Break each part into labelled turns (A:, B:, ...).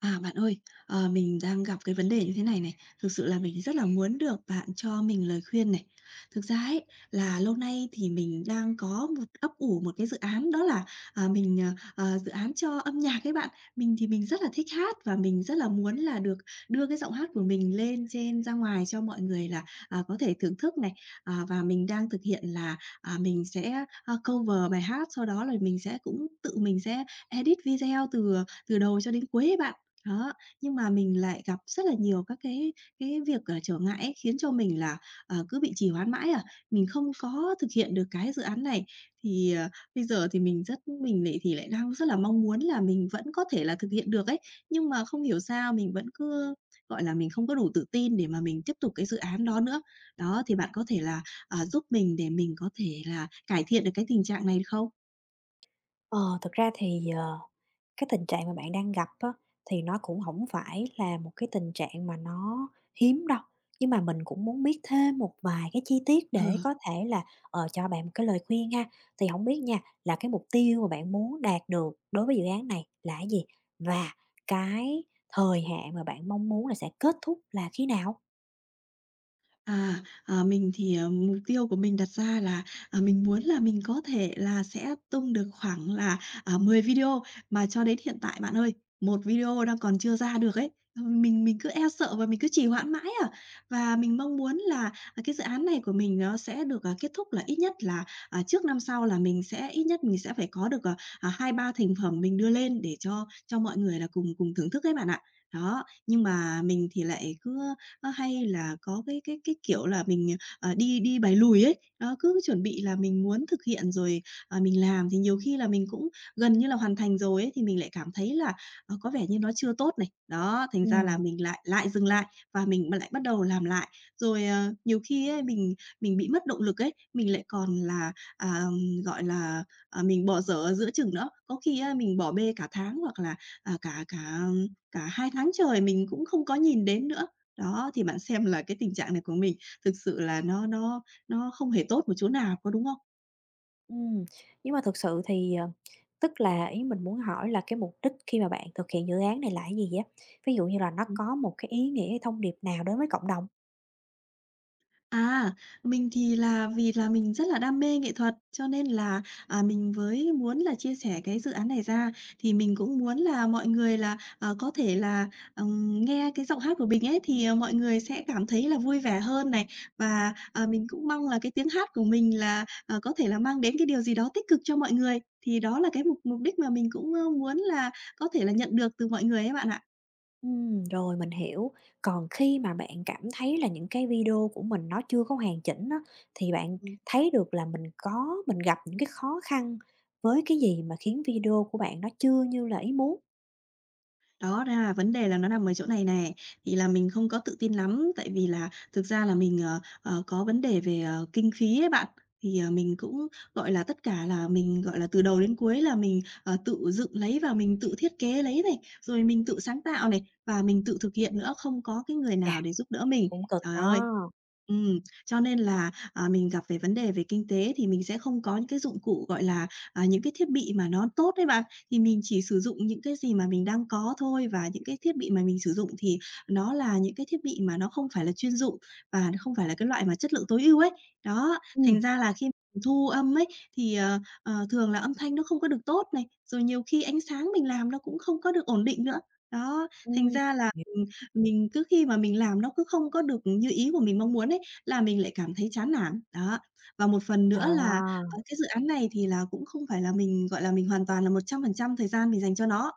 A: À, bạn ơi, mình đang gặp cái vấn đề như thế này này, thực sự là mình rất là muốn được bạn cho mình lời khuyên này. Thực ra ấy, là lâu nay thì mình đang có một ấp ủ một cái dự án đó là, mình, dự án cho âm nhạc ấy bạn. Mình thì mình rất là thích hát và mình rất là muốn là được đưa cái giọng hát của mình lên trên ra ngoài cho mọi người là, có thể thưởng thức này. Và mình đang thực hiện là, mình sẽ, cover bài hát, sau đó là mình sẽ cũng tự mình sẽ edit video từ từ đầu cho đến cuối ấy bạn. Đó, nhưng mà mình lại gặp rất là nhiều các cái việc, trở ngại ấy, khiến cho mình là, cứ bị trì hoãn mãi à, mình không có thực hiện được cái dự án này. Thì, bây giờ thì mình lại đang rất là mong muốn là mình vẫn có thể là thực hiện được ấy, nhưng mà không hiểu sao mình vẫn cứ, gọi là, mình không có đủ tự tin để mà mình tiếp tục cái dự án đó nữa. Đó, thì bạn có thể là, giúp mình để mình có thể là cải thiện được cái tình trạng này được không?
B: Ờ, thực ra thì, ờ, cái tình trạng mà bạn đang gặp á, thì nó cũng không phải là một cái tình trạng mà nó hiếm đâu, nhưng mà mình cũng muốn biết thêm một vài cái chi tiết
A: Ừ.
B: để có thể là, cho bạn một cái lời khuyên ha. Thì không biết nha, là cái mục tiêu mà bạn muốn đạt được đối với dự án này là cái gì? Và cái thời hạn mà bạn mong muốn là sẽ kết thúc là khi nào?
A: Mình thì, mục tiêu của mình đặt ra là, mình muốn là mình có thể là sẽ tung được khoảng là, 10 video, mà cho đến hiện tại bạn ơi, một video đang còn chưa ra được ấy. Mình cứ e sợ và mình cứ trì hoãn mãi à. Và mình mong muốn là, cái dự án này của mình nó sẽ được, kết thúc là ít nhất là, trước năm sau là mình sẽ ít nhất mình sẽ phải có được, 2-3 thành phẩm mình đưa lên để cho mọi người là cùng cùng thưởng thức ấy bạn ạ. Đó, nhưng mà mình thì lại cứ hay là có cái, kiểu là, mình, đi đi bài lùi ấy, đó, cứ chuẩn bị là mình muốn thực hiện rồi, mình làm thì nhiều khi là mình cũng gần như là hoàn thành rồi ấy, thì mình lại cảm thấy là, có vẻ như nó chưa tốt này. Đó, thành ra là
B: Ừm.
A: mình lại lại dừng lại và mình lại bắt đầu làm lại. Rồi, nhiều khi ấy, mình bị mất động lực ấy, mình lại còn là, à, gọi là, mình bỏ dở ở giữa chừng nữa. Có khi á, mình bỏ bê cả tháng hoặc là, cả cả cả 2 tháng trời mình cũng không có nhìn đến nữa. Đó, thì bạn xem là cái tình trạng này của mình thực sự là nó không hề tốt một chỗ nào, có đúng không?
B: Ừm, nhưng mà thực sự thì, tức là ý mình muốn hỏi là cái mục đích khi mà bạn thực hiện dự án này là cái gì á? Ví dụ như là nó có một cái ý nghĩa, cái thông điệp nào đến với cộng đồng?
A: À, mình thì là vì là mình rất là đam mê nghệ thuật, cho nên là, mình với muốn là chia sẻ cái dự án này ra, thì mình cũng muốn là mọi người là, có thể là, nghe cái giọng hát của mình ấy, thì, mọi người sẽ cảm thấy là vui vẻ hơn này. Và, mình cũng mong là cái tiếng hát của mình là, có thể là mang đến cái điều gì đó tích cực cho mọi người, thì đó là cái mục mục đích mà mình cũng, muốn là có thể là nhận được từ mọi người ấy bạn ạ.
B: Rồi mình hiểu. Còn khi mà bạn cảm thấy là những cái video của mình nó chưa có hoàn chỉnh á, thì bạn thấy được là mình gặp những cái khó khăn với cái gì mà khiến video của bạn nó chưa như là ý muốn?
A: Đó, ra là vấn đề là nó nằm ở chỗ này nè, thì là mình không có tự tin lắm, tại vì là thực ra là mình, có vấn đề về, kinh phí ấy bạn. Thì, mình cũng, gọi là, tất cả là mình, gọi là, từ đầu đến cuối là mình, tự dựng lấy và mình tự thiết kế lấy này, rồi mình tự sáng tạo này, và mình tự thực hiện nữa, không có cái người
B: Chà,
A: nào để giúp đỡ mình.
B: cũng cực
A: Trời ơi!
B: đó.
A: Ừm, cho nên là, mình gặp về vấn đề về kinh tế thì mình sẽ không có những cái dụng cụ, gọi là, những cái thiết bị mà nó tốt đấy bạn thì mình chỉ sử dụng những cái gì mà mình đang có thôi và những cái thiết bị mà mình sử dụng thì nó là những cái thiết bị mà nó không phải là chuyên dụng và nó không phải là cái loại mà chất lượng tối ưu ấy. Đó,
B: Ừm,
A: thành ra là khi mình thu âm ấy, thì, thường là âm thanh nó không có được tốt này, rồi nhiều khi ánh sáng mình làm nó cũng không có được ổn định nữa. Đó, thành
B: ừm.
A: ra là mình cứ khi mà mình làm nó cứ không có được như ý của mình mong muốn ấy, là mình lại cảm thấy chán nản. Đó, và một phần nữa là
B: Đó.
A: cái dự án này thì là cũng không phải là mình, gọi là, mình hoàn toàn là 100% thời gian mình dành cho nó.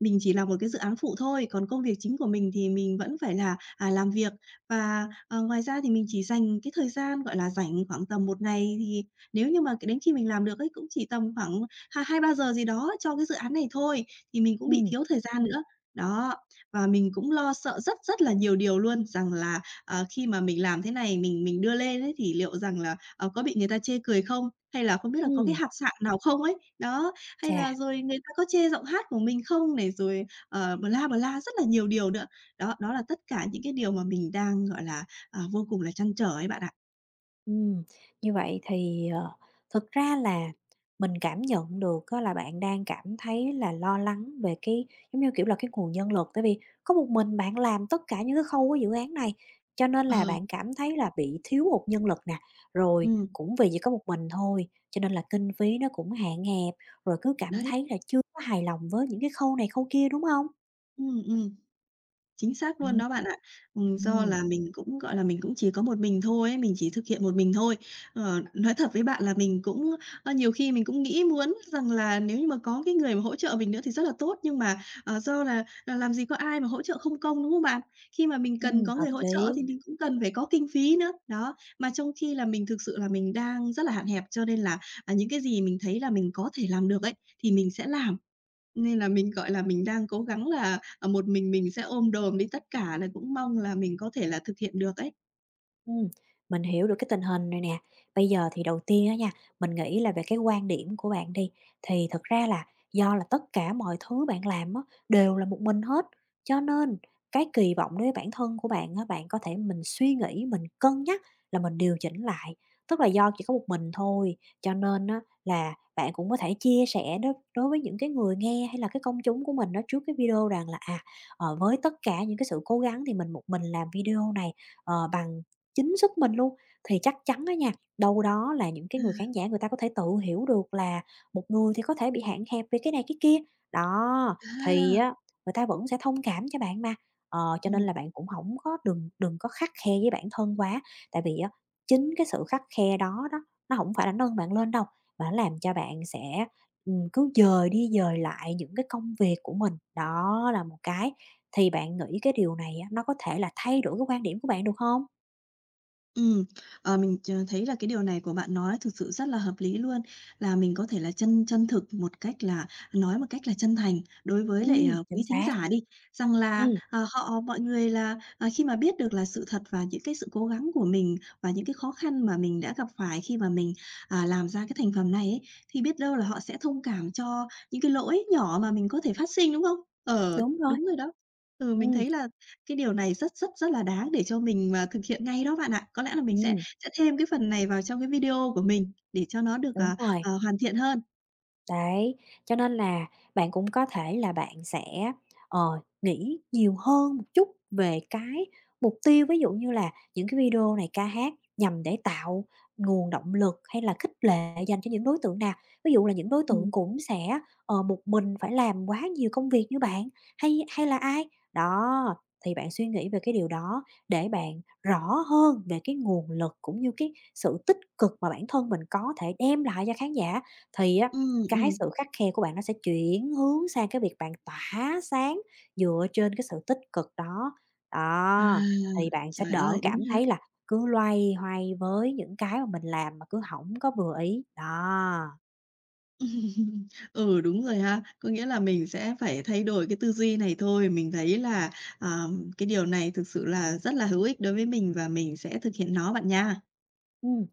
A: Mình chỉ là một cái dự án phụ thôi, còn công việc chính của mình thì mình vẫn phải là, làm việc. Và, ngoài ra thì mình chỉ dành cái thời gian, gọi là, rảnh khoảng tầm một ngày thì nếu như mà cái đến khi mình làm được ấy, cũng chỉ tầm khoảng hai hai ba giờ gì đó cho cái dự án này thôi, thì mình cũng bị
B: Ừm,
A: thiếu thời gian nữa. Đó, và mình cũng lo sợ rất rất là nhiều điều luôn, rằng là, khi mà mình làm thế này, mình đưa lên ấy thì liệu rằng là, có bị người ta chê cười không? Hay là không biết là có cái
B: ừm.
A: hạt sạn nào không ấy? Đó. Hay
B: Chà.
A: là rồi người ta có chê giọng hát của mình không này, rồi, bla, bla, rất là nhiều điều nữa. Đó, đó là tất cả những cái điều mà mình đang, gọi là, vô cùng là trăn trở ấy bạn ạ.
B: Ừm, như vậy thì, thực ra là mình cảm nhận được á là bạn đang cảm thấy là lo lắng về cái, giống như kiểu là, cái nguồn nhân lực, tại vì có một mình bạn làm tất cả những cái khâu của dự án này, cho nên là
A: Ờ,
B: bạn cảm thấy là bị thiếu hụt nhân lực nè, rồi
A: ừm,
B: cũng vì chỉ có một mình thôi, cho nên là kinh phí nó cũng hạn hẹp, rồi cứ cảm
A: đấy,
B: thấy là chưa có hài lòng với những cái khâu này khâu kia, đúng không?
A: ừm. Chính xác luôn
B: Ừm.
A: đó bạn ạ. Do
B: Ừm,
A: là mình cũng, gọi là, mình cũng chỉ có một mình thôi ấy, mình chỉ thực hiện một mình thôi. Ờ, nói thật với bạn là mình cũng nhiều khi mình cũng nghĩ muốn rằng là nếu như mà có cái người mà hỗ trợ mình nữa thì rất là tốt, nhưng mà, do là làm gì có ai mà hỗ trợ không công, đúng không bạn? Khi mà mình cần có
B: hợp
A: người hỗ trợ
B: lý.
A: thì mình cũng cần phải có kinh phí nữa, đó. Mà trong khi là mình thực sự là mình đang rất là hạn hẹp, cho nên là, những cái gì mình thấy là mình có thể làm được ấy, thì mình sẽ làm. Nên là mình, gọi là, mình đang cố gắng là, một mình sẽ ôm đồm đi tất cả, là cũng mong là mình có thể là thực hiện được ấy.
B: Ừm, mình hiểu được cái tình hình này nè. Bây giờ thì đầu tiên á nha, mình nghĩ là về cái quan điểm của bạn đi, thì thật ra là do là tất cả mọi thứ bạn làm á, đều là một mình hết, cho nên cái kỳ vọng đối với bản thân của bạn á, bạn có thể mình suy nghĩ, mình cân nhắc là mình điều chỉnh lại. Tức là do chỉ có một mình thôi, cho nên á là bạn cũng có thể chia sẻ đó đối với những cái người nghe hay là cái công chúng của mình đó trước cái video rằng là, với tất cả những cái sự cố gắng thì mình một mình làm video này, bằng chính sức mình luôn, thì chắc chắn á nha, đâu đó là những cái
A: À,
B: người khán giả người ta có thể tự hiểu được là một người thì có thể bị hạn hẹp về cái này cái kia. Đó, thì
A: à,
B: á, người ta vẫn sẽ thông cảm cho bạn mà, cho nên
A: ừm.
B: là bạn cũng không có đừng đừng có khắt khe với bản thân quá, tại vì á, chính cái sự khắt khe đó đó, nó không phải là nâng bạn lên đâu, mà nó làm cho bạn sẽ, cứ dời đi dời lại những cái công việc của mình. Đó là một cái, thì bạn nghĩ cái điều này á, nó có thể là thay đổi cái quan điểm của bạn được không?
A: Ừm, mình thấy là cái điều này của bạn nói thực sự rất là hợp lý luôn, là mình có thể là chân chân thực một cách là nói một cách là chân thành đối với lại,
B: Chính
A: quý thính
B: xác.
A: giả đi, rằng là,
B: Ừm,
A: mọi người là, khi mà biết được là sự thật và những cái sự cố gắng của mình và những cái khó khăn mà mình đã gặp phải khi mà mình, làm ra cái thành phẩm này ấy, thì biết đâu là họ sẽ thông cảm cho những cái lỗi nhỏ mà mình có thể phát sinh, đúng không? Ờ,
B: đúng rồi.
A: đúng rồi đó. Ừ, mình
B: Ừm,
A: thấy là cái điều này rất rất rất là đáng để cho mình, thực hiện ngay đó bạn ạ. Có lẽ là mình sẽ
B: ừm,
A: sẽ thêm cái phần này vào trong cái video của mình để cho nó được,
B: đúng rồi.
A: hoàn thiện hơn.
B: Đấy, cho nên là bạn cũng có thể là bạn sẽ, ờ, nghĩ nhiều hơn một chút về cái mục tiêu, ví dụ như là những cái video này ca hát nhằm để tạo nguồn động lực hay là khích lệ dành cho những đối tượng nào. Ví dụ là những đối tượng
A: Ừm,
B: cũng sẽ, một mình phải làm quá nhiều công việc như bạn, hay hay là ai? Đó, thì bạn suy nghĩ về cái điều đó để bạn rõ hơn về cái nguồn lực cũng như cái sự tích cực mà bản thân mình có thể đem lại cho khán giả. Thì á
A: ừm,
B: cái
A: ừm.
B: sự khắt khe của bạn nó sẽ chuyển hướng sang cái việc bạn tỏa sáng dựa trên cái sự tích cực đó.
A: À,
B: Đó, thì bạn sẽ
A: trời
B: đỡ
A: ơi, đúng
B: cảm
A: ha.
B: thấy là cứ loay hoay với những cái mà mình làm mà cứ không có vừa ý, đó.
A: Ừm. Ừ, đúng rồi ha. Có nghĩa là mình sẽ phải thay đổi cái tư duy này thôi. Mình thấy là, ờ, cái điều này thực sự là rất là hữu ích đối với mình và mình sẽ thực hiện nó bạn nha.
B: Ừm,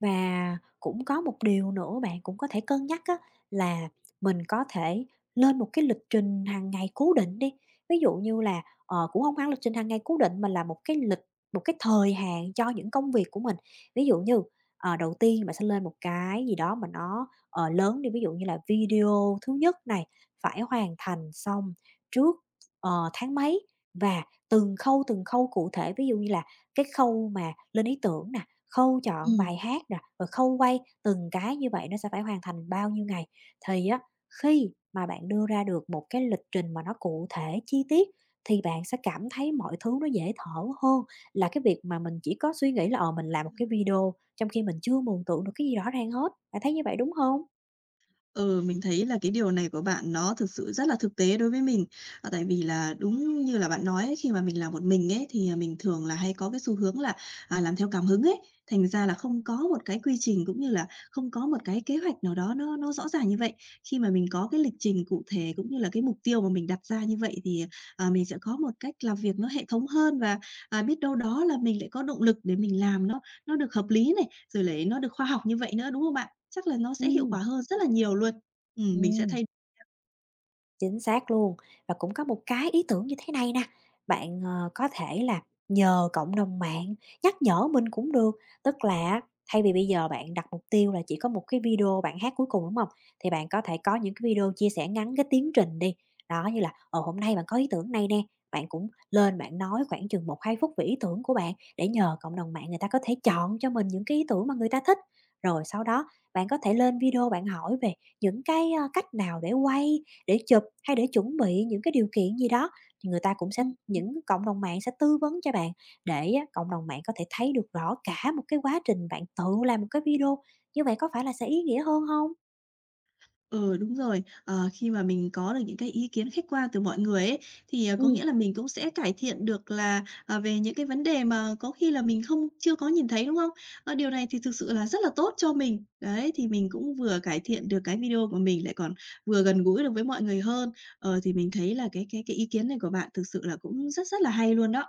B: và cũng có một điều nữa bạn cũng có thể cân nhắc á, là mình có thể lên một cái lịch trình hàng ngày cố định đi. Ví dụ như là, cũng không hẳn lịch trình hàng ngày cố định mà là một cái thời hạn cho những công việc của mình. Ví dụ như, đầu tiên bạn sẽ lên một cái gì đó mà nó, lớn đi, ví dụ như là video thứ nhất này phải hoàn thành xong trước, tháng mấy và từng khâu cụ thể. Ví dụ như là cái khâu mà lên ý tưởng nè, khâu chọn
A: Ừm.
B: bài hát nè, rồi khâu quay, từng cái như vậy nó sẽ phải hoàn thành bao nhiêu ngày. Thì á, khi mà bạn đưa ra được một cái lịch trình mà nó cụ thể, chi tiết thì bạn sẽ cảm thấy mọi thứ nó dễ thở hơn là cái việc mà mình chỉ có suy nghĩ là, mình làm một cái video trong khi mình chưa mường tượng được cái gì rõ ràng hết. Bạn thấy như vậy đúng không?
A: Ừ, mình thấy là cái điều này của bạn nó thực sự rất là thực tế đối với mình. Tại vì là đúng như là bạn nói ấy, khi mà mình làm một mình ấy, thì, mình thường là hay có cái xu hướng là, làm theo cảm hứng ấy, thành ra là không có một cái quy trình cũng như là không có một cái kế hoạch nào đó nó rõ ràng như vậy. Khi mà mình có cái lịch trình cụ thể cũng như là cái mục tiêu mà mình đặt ra như vậy thì, mình sẽ có một cách làm việc nó hệ thống hơn và, biết đâu đó là mình lại có động lực để mình làm nó được hợp lý này, rồi lại nó được khoa học như vậy nữa, đúng không bạn? Chắc là nó sẽ hiệu quả
B: Ừm,
A: hơn rất là nhiều luôn. Mình sẽ
B: ừm.
A: thay
B: Chính xác luôn. Và cũng có một cái ý tưởng như thế này nè, bạn, có thể là nhờ cộng đồng mạng nhắc nhở mình cũng được. Tức là thay vì bây giờ bạn đặt mục tiêu là chỉ có một cái video bạn hát cuối cùng, đúng không? Thì bạn có thể có những cái video chia sẻ ngắn cái tiến trình đi. Đó, như là "Ờ, hôm nay bạn có ý tưởng này nè", bạn cũng lên bạn nói khoảng chừng một hai phút về ý tưởng của bạn để nhờ cộng đồng mạng người ta có thể chọn cho mình những cái ý tưởng mà người ta thích. Rồi sau đó bạn có thể lên video bạn hỏi về những cái, cách nào để quay, để chụp hay để chuẩn bị những cái điều kiện gì đó, thì người ta cũng sẽ
A: ưm,
B: những cộng đồng mạng sẽ tư vấn cho bạn để á cộng đồng mạng có thể thấy được rõ cả một cái quá trình bạn tự làm một cái video, như vậy có phải là sẽ ý nghĩa hơn không?
A: ừ, đúng rồi. Ờ, khi mà mình có được những cái ý kiến khách quan từ mọi người ấy, thì, có
B: Ừm.
A: nghĩa là mình cũng sẽ cải thiện được là, về những cái vấn đề mà có khi là mình không chưa có nhìn thấy, đúng không? Ờ, điều này thì thực sự là rất là tốt cho mình. Đấy, thì mình cũng vừa cải thiện được cái video của mình, lại còn vừa gần gũi được với mọi người hơn. Ờ, thì mình thấy là cái ý kiến này của bạn thực sự là cũng rất rất là hay luôn đó.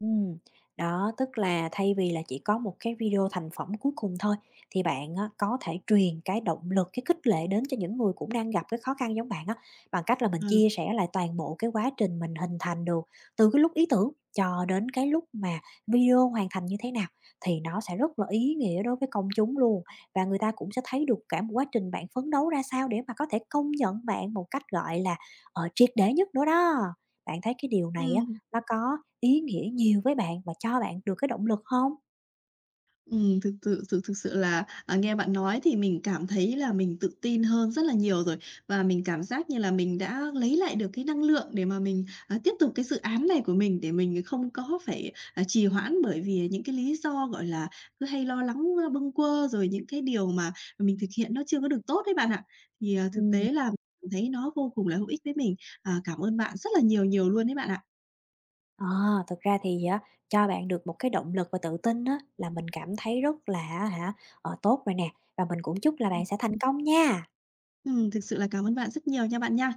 B: Ừm, đó, tức là thay vì là chỉ có một cái video thành phẩm cuối cùng thôi, thì bạn á, có thể truyền cái động lực, cái khích lệ đến cho những người cũng đang gặp cái khó khăn giống bạn á, bằng cách là mình
A: Ờ,
B: chia sẻ lại toàn bộ cái quá trình mình hình thành được, từ cái lúc ý tưởng cho đến cái lúc mà video hoàn thành như thế nào, thì nó sẽ rất là ý nghĩa đối với công chúng luôn. Và người ta cũng sẽ thấy được cả một quá trình bạn phấn đấu ra sao để mà có thể công nhận bạn một cách, gọi là, triệt để nhất nữa đó. Bạn thấy cái điều này á,
A: ừm.
B: nó có ý nghĩa nhiều với bạn và cho bạn được cái động lực không?
A: Thực sự là, nghe bạn nói thì mình cảm thấy là mình tự tin hơn rất là nhiều rồi, và mình cảm giác như là mình đã lấy lại được cái năng lượng để mà mình, tiếp tục cái dự án này của mình, để mình không có phải, trì hoãn bởi vì những cái lý do, gọi là, cứ hay lo lắng, bâng quơ, rồi những cái điều mà mình thực hiện nó chưa có được tốt ấy bạn ạ. Thì, thực
B: Ừm.
A: tế là mình thấy nó vô cùng là hữu ích với mình. Cảm ơn bạn rất là nhiều nhiều luôn ấy bạn ạ.
B: à thực ra thì á, cho bạn được một cái động lực và tự tin á, là mình cảm thấy rất là hả, tốt rồi nè, và mình cũng chúc là bạn sẽ thành công nha.
A: Thực sự là cảm ơn bạn rất nhiều nha bạn nha.